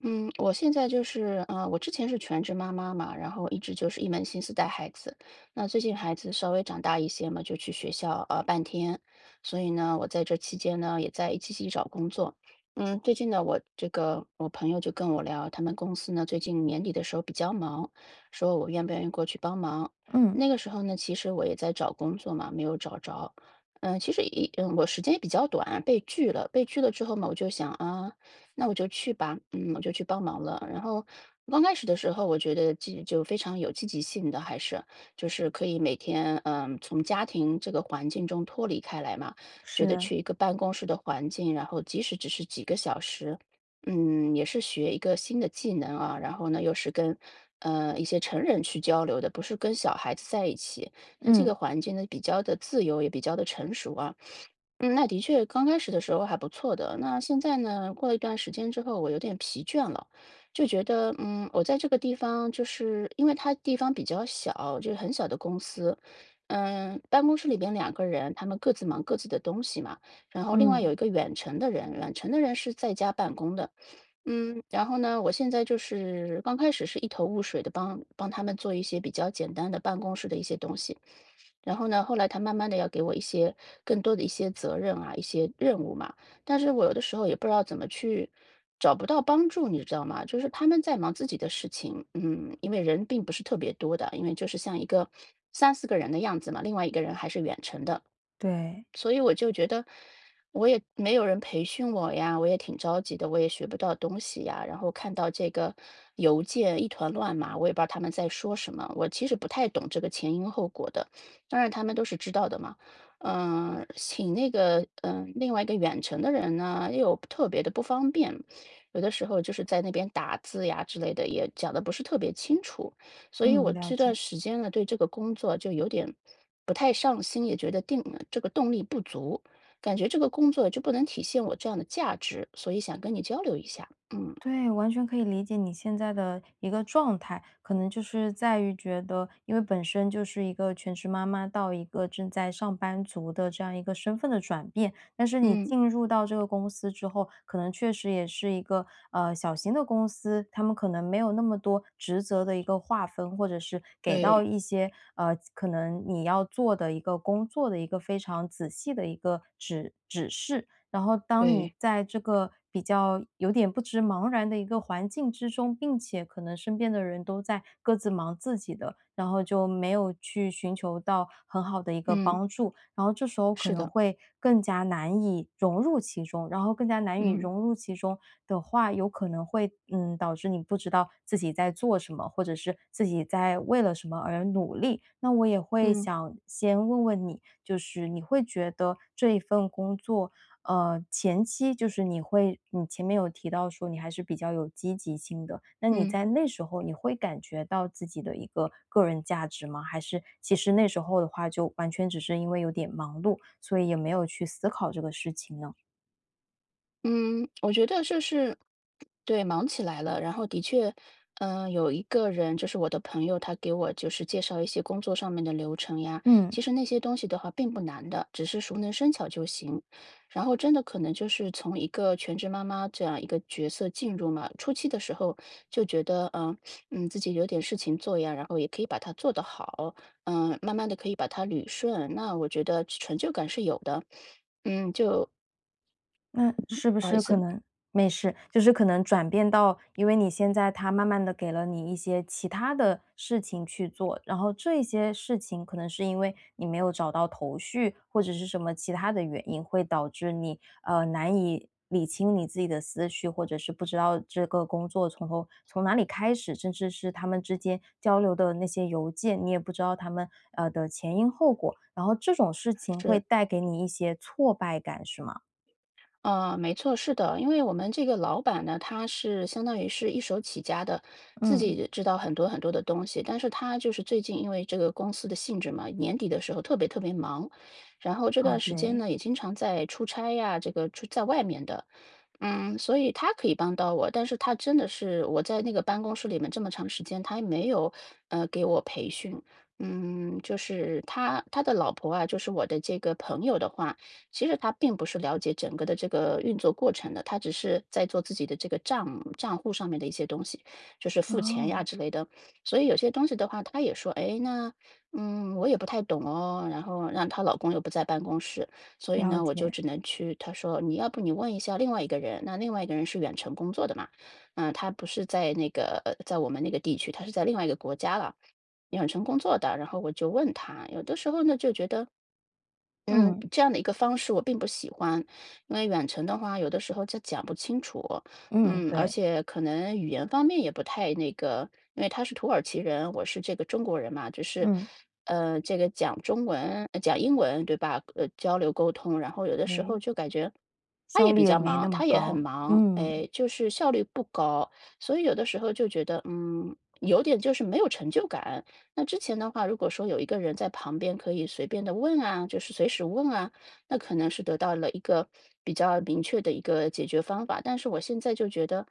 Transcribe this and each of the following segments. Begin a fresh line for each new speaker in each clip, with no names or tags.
嗯，我现在就是，我之前是全职妈妈嘛，然后一直就是一门心思带孩子。那最近孩子稍微长大一些嘛，就去学校啊半天，所以呢，我在这期间呢也在一起找工作。嗯，最近呢，我这个我朋友就跟我聊，他们公司呢最近年底的时候比较忙，说我愿不愿意过去帮忙。
嗯，
那个时候呢，其实我也在找工作嘛，没有找着。嗯，其实我时间也比较短，被拒了。被拒了之后嘛，我就想啊。那我就去吧，我就去帮忙了。然后刚开始的时候，我觉得就非常有积极性的，还是就是可以每天，从家庭这个环境中脱离开来嘛，觉得
是，
去一个办公室的环境，然后即使只是几个小时，也是学一个新的技能啊。然后呢，又是跟一些成人去交流的，不是跟小孩子在一起。那这
嗯
个环境呢，比较的自由，也比较的成熟啊。嗯，那的确刚开始的时候还不错的。那现在呢，过了一段时间之后，我有点疲倦了，就觉得，我在这个地方，就是因为它地方比较小，就是很小的公司，办公室里边两个人，他们各自忙各自的东西嘛。然后另外
嗯，
有一个远程的人，远程的人是在家办公的，然后呢，我现在就是刚开始是一头雾水的帮帮他们做一些比较简单的办公室的一些东西，然后呢，后来他慢慢的要给我一些更多的一些责任啊，一些任务嘛，但是我有的时候也不知道怎么去，找不到帮助，你知道吗？就是他们在忙自己的事情，因为人并不是特别多的，因为就是像一个三四个人的样子嘛，另外一个人还是远程的，
对，
所以我就觉得，我也没有人培训我呀，我也挺着急的，我也学不到东西呀。然后看到这个邮件一团乱麻，我也不知道他们在说什么。我其实不太懂这个前因后果的，当然他们都是知道的嘛。嗯、请那个嗯、呃另外一个远程的人呢，又特别的不方便，有的时候就是在那边打字呀之类的，也讲的不是特别清楚。所以我
嗯，了
这段
解。
时间呢，对这个工作就有点不太上心，也觉得这个动力不足，感觉这个工作就不能体现我这样的价值，所以想跟你交流一下。嗯
对，完全可以理解你现在的一个状态，可能就是在于觉得，因为本身就是一个全职妈妈到一个正在上班族的这样一个身份的转变，但是你
嗯，
进入到这个公司之后，可能确实也是一个小型的公司，他们可能没有那么多职责的一个划分，或者是给到
对
一些可能你要做的一个工作的一个非常仔细的一个指示，然后当你
对，
在这个比较有点不知茫然的一个环境之中，并且可能身边的人都在各自忙自己的，然后就没有去寻求到很好的一个
嗯，
帮助，然后这时候可
是
能
的，
会更加难以融入其中，然后更加难以
嗯
融入其中的话，有可能会导致你不知道自己在做什么，或者是自己在为了什么而努力。那我也会
嗯
想先问问你，就是你会觉得这一份工作前期就是你前面有提到说你还是比较有积极性的，那你
嗯。
在那时候你会感觉到自己的一个个人价值吗？还是其实那时候的话就完全只是因为有点忙碌，所以也没有去思考这个事情呢？
嗯，我觉得就是对，忙起来了。然后的确，有一个人就是我的朋友，他给我就是介绍一些工作上面的流程呀。
嗯。
其实那些东西的话并不难的，只是熟能生巧就行。然后真的可能就是从一个全职妈妈这样一个角色进入嘛，初期的时候就觉得，自己有点事情做呀，然后也可以把它做得好，慢慢的可以把它捋顺。那我觉得成就感是有的，就
那是不
不好意
是可
思，
能没事，就是可能转变到因为你现在他慢慢的给了你一些其他的事情去做，然后这些事情可能是因为你没有找到头绪，或者是什么其他的原因，会导致你，难以理清你自己的思绪，或者是不知道这个工作从头从哪里开始，甚至是他们之间交流的那些邮件，你也不知道他们，的前因后果，然后这种事情会
是
带给你一些挫败感，是吗？
啊，没错，是的，因为我们这个老板呢，他是相当于是一手起家的，自
嗯。
己知道很多很多的东西，但是他就是最近因为这个公司的性质嘛，年底的时候特别特别忙，然后这段
哦，
时间
对，
呢也经常在出差呀，这个出在外面的，所以他可以帮到我，但是他真的是我在那个办公室里面这么长时间，他也没有给我培训，就是他的老婆啊，就是我的这个朋友的话。其实他并不是了解整个的这个运作过程的，他只是在做自己的这个账户上面的一些东西，就是付钱呀
哦，
之类的。所以有些东西的话，他也说，哎，那我也不太懂哦。然后让她老公又不在办公室，所以
了
呢，我就
解，
只能去。他说，你要不你问一下另外一个人，那另外一个人是远程工作的嘛？嗯，他不是在我们那个地区，他是在另外一个国家了。远程工作的，然后我就问他，有的时候呢就觉得嗯，
嗯，
这样的一个方式我并不喜欢，因为远程的话，有的时候就讲不清楚，
嗯，
而
对，
且可能语言方面也不太那个，因为他是土耳其人，我是这个中国人嘛，就是，
嗯，
这个讲中文、讲英文，对吧？交流沟通，然后有的时候
对，
就感觉他也
效率
比
也
较
没
忙，
那么
他也很
高，
忙，
嗯，
哎，就是效率不高，所以有的时候就觉得，有点就是没有成就感。那之前的话，如果说有一个人在旁边可以随便的问啊，就是随时问啊，那可能是得到了一个比较明确的一个解决方法。但是我现在就觉得，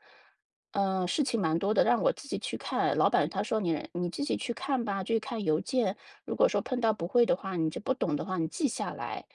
事情蛮多的，让我自己去看。老板他说你自己去看吧，去看邮件。如果说碰到不会的话，你就不懂的话，你记下来。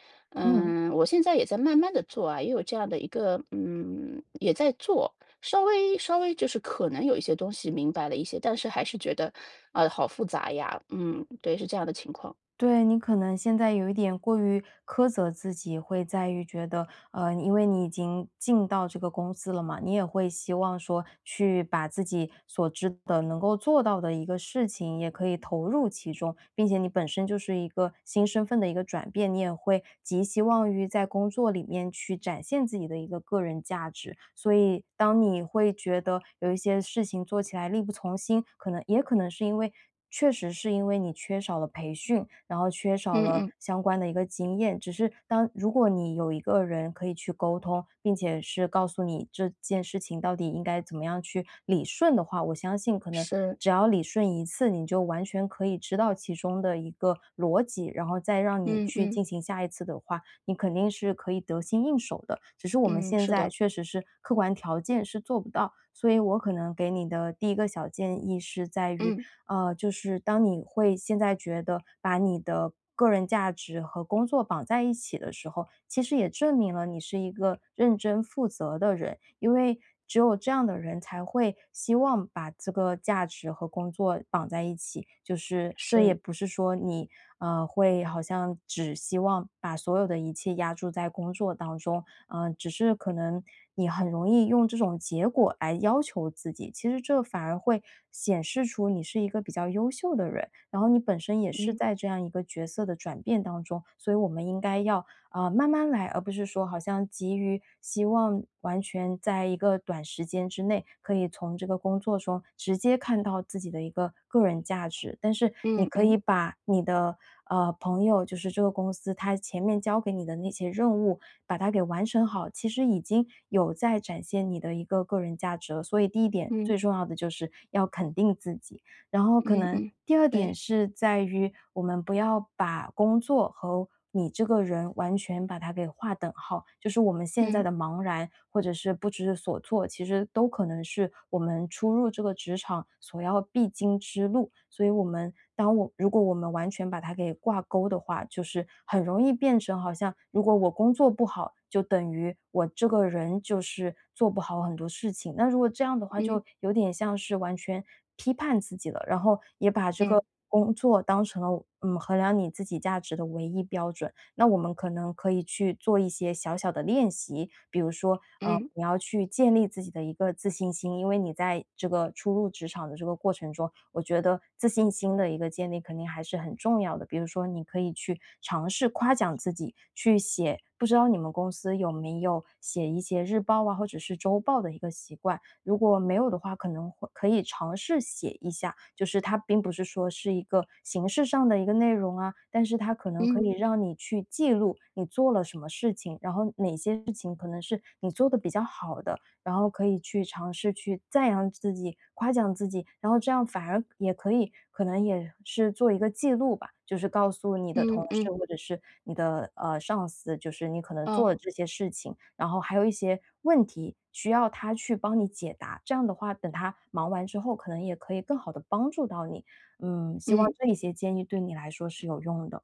嗯。
我现在也在慢慢的做啊，也有这样的一个，也在做。稍微稍微就是可能有一些东西明白了一些，但是还是觉得，啊，好复杂呀。嗯，对，是这样的情况。
对，你可能现在有一点过于苛责自己，会在于觉得，因为你已经进到这个公司了嘛，你也会希望说去把自己所知的能够做到的一个事情，也可以投入其中，并且你本身就是一个新身份的一个转变，你也会极希望于在工作里面去展现自己的一个个人价值。所以，当你会觉得有一些事情做起来力不从心，可能也可能是因为确实是因为你缺少了培训，然后缺少
嗯
了
嗯，
相关的一个经验。只是当如果你有一个人可以去沟通，并且是告诉你这件事情到底应该怎么样去理顺的话，我相信可能
是，
只要理顺一次，你就完全可以知道其中的一个逻辑，然后再让你
嗯
去
嗯
进行下一次的话，你肯定是可以得心应手的。只是我们
嗯，
现
是
在
的，
确实是客观条件是做不到，所以我可能给你的第一个小建议是在于。
嗯，
就是当你会现在觉得把你的个人价值和工作绑在一起的时候，其实也证明了你是一个认真负责的人，因为只有这样的人才会希望把这个价值和工作绑在一起。就是这也
是，
不是说你会好像只希望把所有的一切压注在工作当中，嗯，只是可能你很容易用这种结果来要求自己，其实这反而会显示出你是一个比较优秀的人，然后你本身也是
嗯
在这样一个角色的转变当中，所以我们应该要慢慢来，而不是说好像急于希望完全在一个短时间之内可以从这个工作中直接看到自己的一个个人价值，但是你
嗯
可以
嗯
把你的朋友，就是这个公司他前面交给你的那些任务，把它给完成好，其实已经有在展现你的一个个人价值了。所以第一点
嗯
最重要的就是要肯定自己。然后可
嗯
能
嗯，
第二
对，
点是在于我们不要把工作和你这个人完全把它给划等号，就是我们现在
嗯
的茫然或者是不知所措，其实都可能是我们初入这个职场所要必经之路。所以，我们当我如果我们完全把它给挂钩的话，就是很容易变成好像如果我工作不好，就等于我这个人就是做不好很多事情。那如果这样的话，
嗯
就有点像是完全批判自己了，然后也把这
嗯
个工作当成了，衡量你自己价值的唯一标准。那我们可能可以去做一些小小的练习，比如说，
嗯
你要去建立自己的一个自信心，因为你在这个初入职场的这个过程中，我觉得自信心的一个建立肯定还是很重要的。比如说，你可以去尝试夸奖自己，去写，不知道你们公司有没有写一些日报啊，或者是周报的一个习惯。如果没有的话，可能会可以尝试写一下，就是它并不是说是一个形式上的一个内容啊，但是它可能可
嗯
以让你去记录你做了什么事情，然后哪些事情可能是你做的比较好的，然后可以去尝试去赞扬自己、夸奖自己，然后这样反而也可以可能也是做一个记录吧，就是告诉你的
嗯
同
嗯嗯，
事或者是你的，上司，就是你可能做了
哦，
这些事情，然后还有一些问题需要他去帮你解答，这样的话，等他忙完之后，可能也可以更好的帮助到你。嗯，希望
嗯。
这一些建议对你来说是有用的。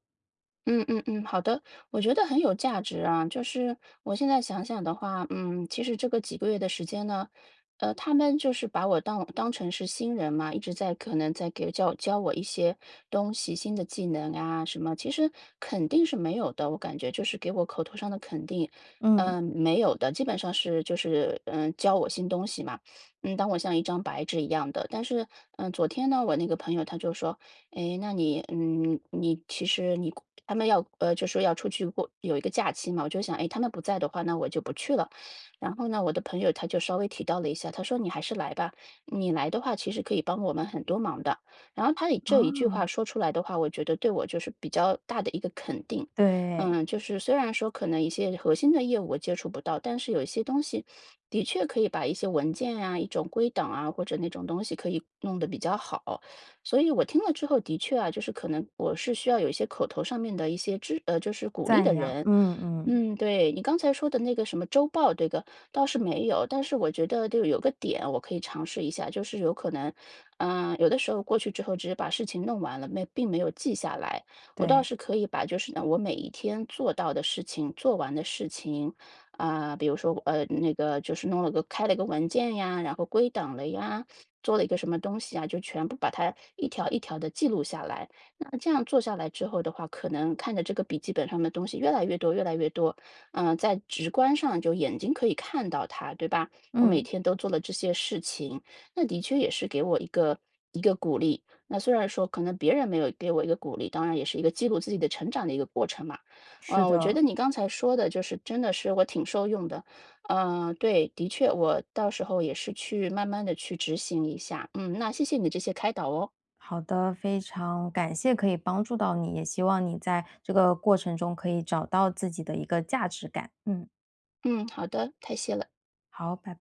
嗯嗯嗯，好的，我觉得很有价值啊。就是我现在想想的话，其实这个几个月的时间呢，他们就是把我当成是新人嘛，一直在可能在给教教我一些东西、新的技能啊什么，其实肯定是没有的。我感觉就是给我口头上的肯定，
嗯。
没有的，基本上是就是教我新东西嘛，当我像一张白纸一样的。但是昨天呢，我那个朋友他就说。诶，那你嗯，你其实你他们要就说要出去过有一个假期嘛，我就想，诶，他们不在的话，那我就不去了。然后呢，我的朋友他就稍微提到了一下，他说：“你还是来吧，你来的话，其实可以帮我们很多忙的。”然后他以这一句话
啊，
说出来的话，我觉得对我就是比较大的一个肯定。
对，
就是虽然说可能一些核心的业务我接触不到，但是有一些东西的确可以把一些文件啊、一种归档啊，或者那种东西可以弄得比较好。所以我听了之后，的确啊，就是可能我是需要有一些口头上面的一些就是鼓励
赞
的
扬，
人。
嗯嗯，
嗯，对，你刚才说的那个什么周报，这个倒是没有，但是我觉得就有个点我可以尝试一下，就是有可能，有的时候过去之后只是把事情弄完了，没并没有记下来，我倒
对，
是可以把就是呢我每一天做到的事情、做完的事情，啊、比如说那个就是弄了个开了个文件呀，然后归档了呀，做了一个什么东西啊，就全部把它一条一条的记录下来。那这样做下来之后的话，可能看着这个笔记本上的东西越来越多越来越多，在直观上就眼睛可以看到它，对吧？我每
嗯，
天都做了这些事情，那的确也是给我一个鼓励。那虽然说可能别人没有给我一个鼓励，当然也是一个记录自己的成长的一个过程嘛。
是
我觉得
的。
你刚才说的就是真的是我挺受用的，对，的确，我到时候也是去慢慢的去执行一下。嗯，那谢谢你的这些开导哦。
好的，非常感谢可以帮助到你，也希望你在这个过程中可以找到自己的一个价值感。嗯，
嗯，好的，太谢了。
好，拜拜。